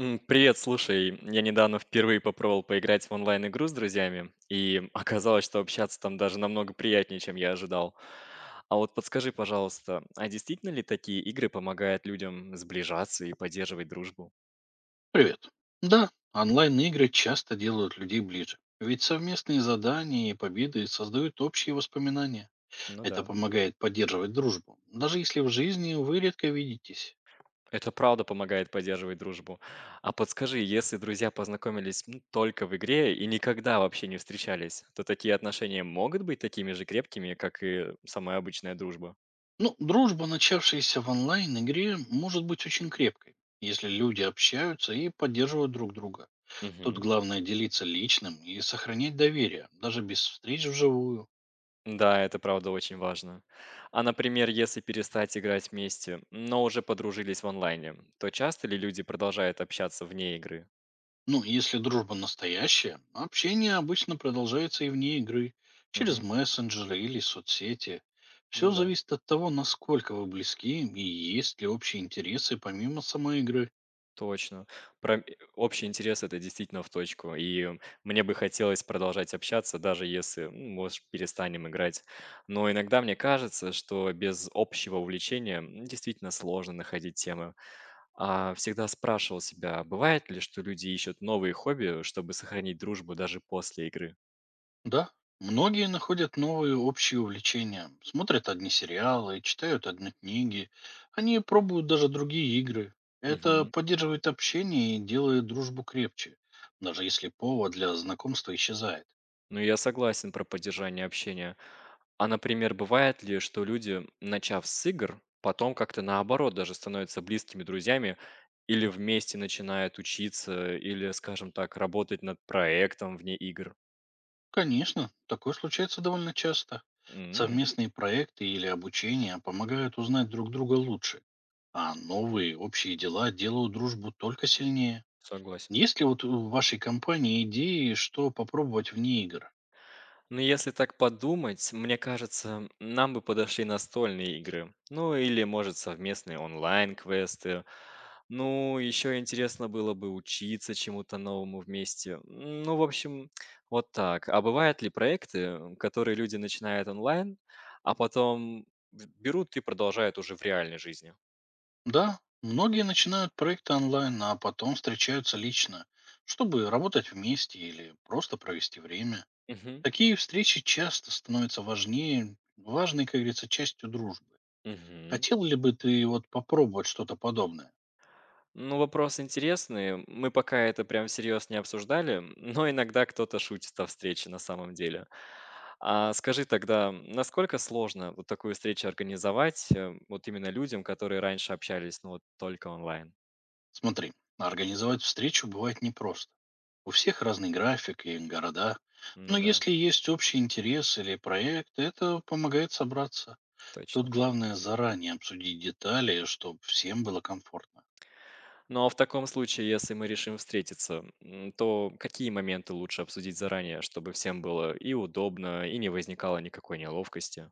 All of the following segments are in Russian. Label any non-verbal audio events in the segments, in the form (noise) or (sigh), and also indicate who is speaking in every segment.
Speaker 1: Привет, слушай, я недавно впервые попробовал поиграть в онлайн-игру с друзьями, и (laughs) оказалось, что общаться там даже намного приятнее, чем я ожидал. А вот подскажи, пожалуйста, а действительно ли такие игры помогают людям сближаться и поддерживать дружбу?
Speaker 2: Привет. Да, онлайн-игры часто делают людей ближе. Ведь совместные задания и победы создают общие воспоминания.
Speaker 1: Ну
Speaker 2: Это
Speaker 1: да,
Speaker 2: помогает поддерживать дружбу, даже если в жизни вы редко видитесь.
Speaker 1: это правда помогает поддерживать дружбу. А подскажи, если друзья познакомились ну, только в игре и никогда вообще не встречались, то такие отношения могут быть такими же крепкими, как и самая обычная дружба?
Speaker 2: Ну, дружба, начавшаяся в онлайн-игре, может быть очень крепкой, если люди общаются и поддерживают друг друга. Тут
Speaker 1: Мгм.
Speaker 2: главное делиться личным и сохранять доверие, даже без встреч вживую.
Speaker 1: Да, это правда очень важно. А, например, если перестать играть вместе, но уже подружились в онлайне, то часто ли люди продолжают общаться вне игры?
Speaker 2: Ну, если дружба настоящая, общение обычно продолжается и вне игры, через
Speaker 1: Мгм.
Speaker 2: мессенджеры или соцсети.
Speaker 1: Ну
Speaker 2: Все
Speaker 1: да,
Speaker 2: зависит от того, насколько вы близки и есть ли общие интересы помимо самой игры.
Speaker 1: точно. Про м- Общий интерес это действительно в точку. И мне бы хотелось продолжать общаться, даже если, ну, может, перестанем играть. Но иногда мне кажется, что без общего увлечения действительно сложно находить темы. А, всегда спрашивал себя, бывает ли, что люди ищут новые хобби, чтобы сохранить дружбу даже после игры?
Speaker 2: Да, многие находят новые общие увлечения, смотрят одни сериалы, читают одни книги, они пробуют даже другие игры. Это
Speaker 1: Мгм.
Speaker 2: поддерживает общение и делает дружбу крепче, даже если повод для знакомства исчезает.
Speaker 1: Ну, я согласен про поддержание общения. А, например, бывает ли, что люди, начав с игр, потом как-то наоборот даже становятся близкими друзьями или вместе начинают учиться, или, скажем так, работать над проектом вне игр?
Speaker 2: Конечно, такое случается довольно часто.
Speaker 1: М,
Speaker 2: Совместные проекты или обучение помогают узнать друг друга лучше, а новые общие дела делают дружбу только сильнее.
Speaker 1: Согласен.
Speaker 2: Есть ли вот в вашей компании идеи, что попробовать вне игр?
Speaker 1: Ну, если так подумать, мне кажется, нам бы подошли настольные игры. Ну, или, может, совместные онлайн-квесты. Ну, еще интересно было бы учиться чему-то новому вместе. Ну, в общем, вот так. А бывают ли проекты, которые люди начинают онлайн, а потом берут и продолжают уже в реальной жизни?
Speaker 2: Да, многие начинают проекты онлайн, а потом встречаются лично, чтобы работать вместе или просто провести время.
Speaker 1: Угу.
Speaker 2: Такие встречи часто становятся важнее, важной, как говорится, частью дружбы.
Speaker 1: Угу.
Speaker 2: Хотел ли бы ты вот попробовать что-то подобное?
Speaker 1: Ну, вопрос интересный. Мы пока это прям всерьез не обсуждали, но иногда кто-то шутит о встрече на самом деле. А скажи тогда, насколько сложно вот такую встречу организовать вот именно людям, которые раньше общались, ну вот только онлайн?
Speaker 2: Смотри, организовать встречу бывает непросто. У всех разный график и города.
Speaker 1: Ну
Speaker 2: Но
Speaker 1: да,
Speaker 2: если есть общий интерес или проект, это помогает собраться. Тут
Speaker 1: точно.
Speaker 2: главное заранее обсудить детали, чтобы всем было комфортно.
Speaker 1: Ну а в таком случае, если мы решим встретиться, то какие моменты лучше обсудить заранее, чтобы всем было и удобно, и не возникало никакой неловкости?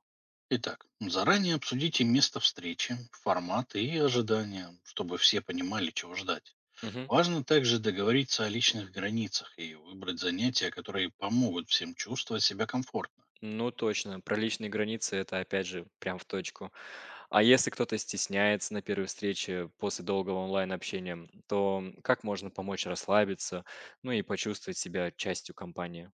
Speaker 2: Итак, заранее обсудите место встречи, формат и ожидания, чтобы все понимали, чего ждать.
Speaker 1: Мгм.
Speaker 2: Важно также договориться о личных границах и выбрать занятия, которые помогут всем чувствовать себя комфортно.
Speaker 1: Ну точно, про личные границы это опять же прям в точку. А если кто-то стесняется на первой встрече после долгого онлайн-общения, то как можно помочь расслабиться, ну и почувствовать себя частью компании?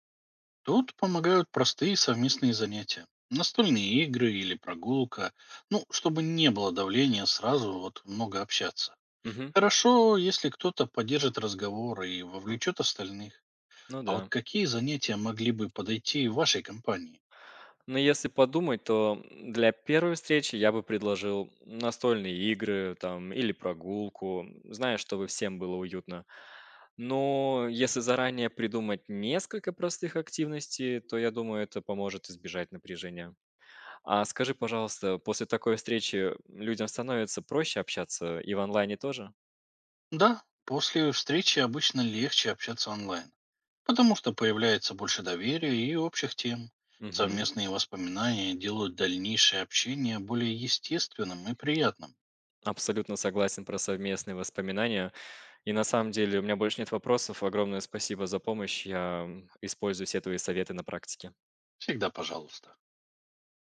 Speaker 2: Тут помогают простые совместные занятия. Настольные игры или прогулка. Ну, чтобы не было давления сразу вот много общаться.
Speaker 1: Мгм.
Speaker 2: Хорошо, если кто-то поддержит разговор и вовлечет остальных.
Speaker 1: Ну
Speaker 2: А вот
Speaker 1: да.
Speaker 2: какие занятия могли бы подойти вашей компании?
Speaker 1: Но если подумать, то для первой встречи я бы предложил настольные игры там, или прогулку, зная, чтобы всем было уютно. Но если заранее придумать несколько простых активностей, то я думаю, это поможет избежать напряжения. А скажи, пожалуйста, после такой встречи людям становится проще общаться и в онлайне тоже?
Speaker 2: Да, после встречи обычно легче общаться онлайн, потому что появляется больше доверия и общих тем.
Speaker 1: Мгм.
Speaker 2: Совместные воспоминания делают дальнейшее общение более естественным и приятным.
Speaker 1: Абсолютно согласен про совместные воспоминания. И на самом деле у меня больше нет вопросов. Огромное спасибо за помощь. Я использую все твои советы на практике.
Speaker 2: Всегда пожалуйста.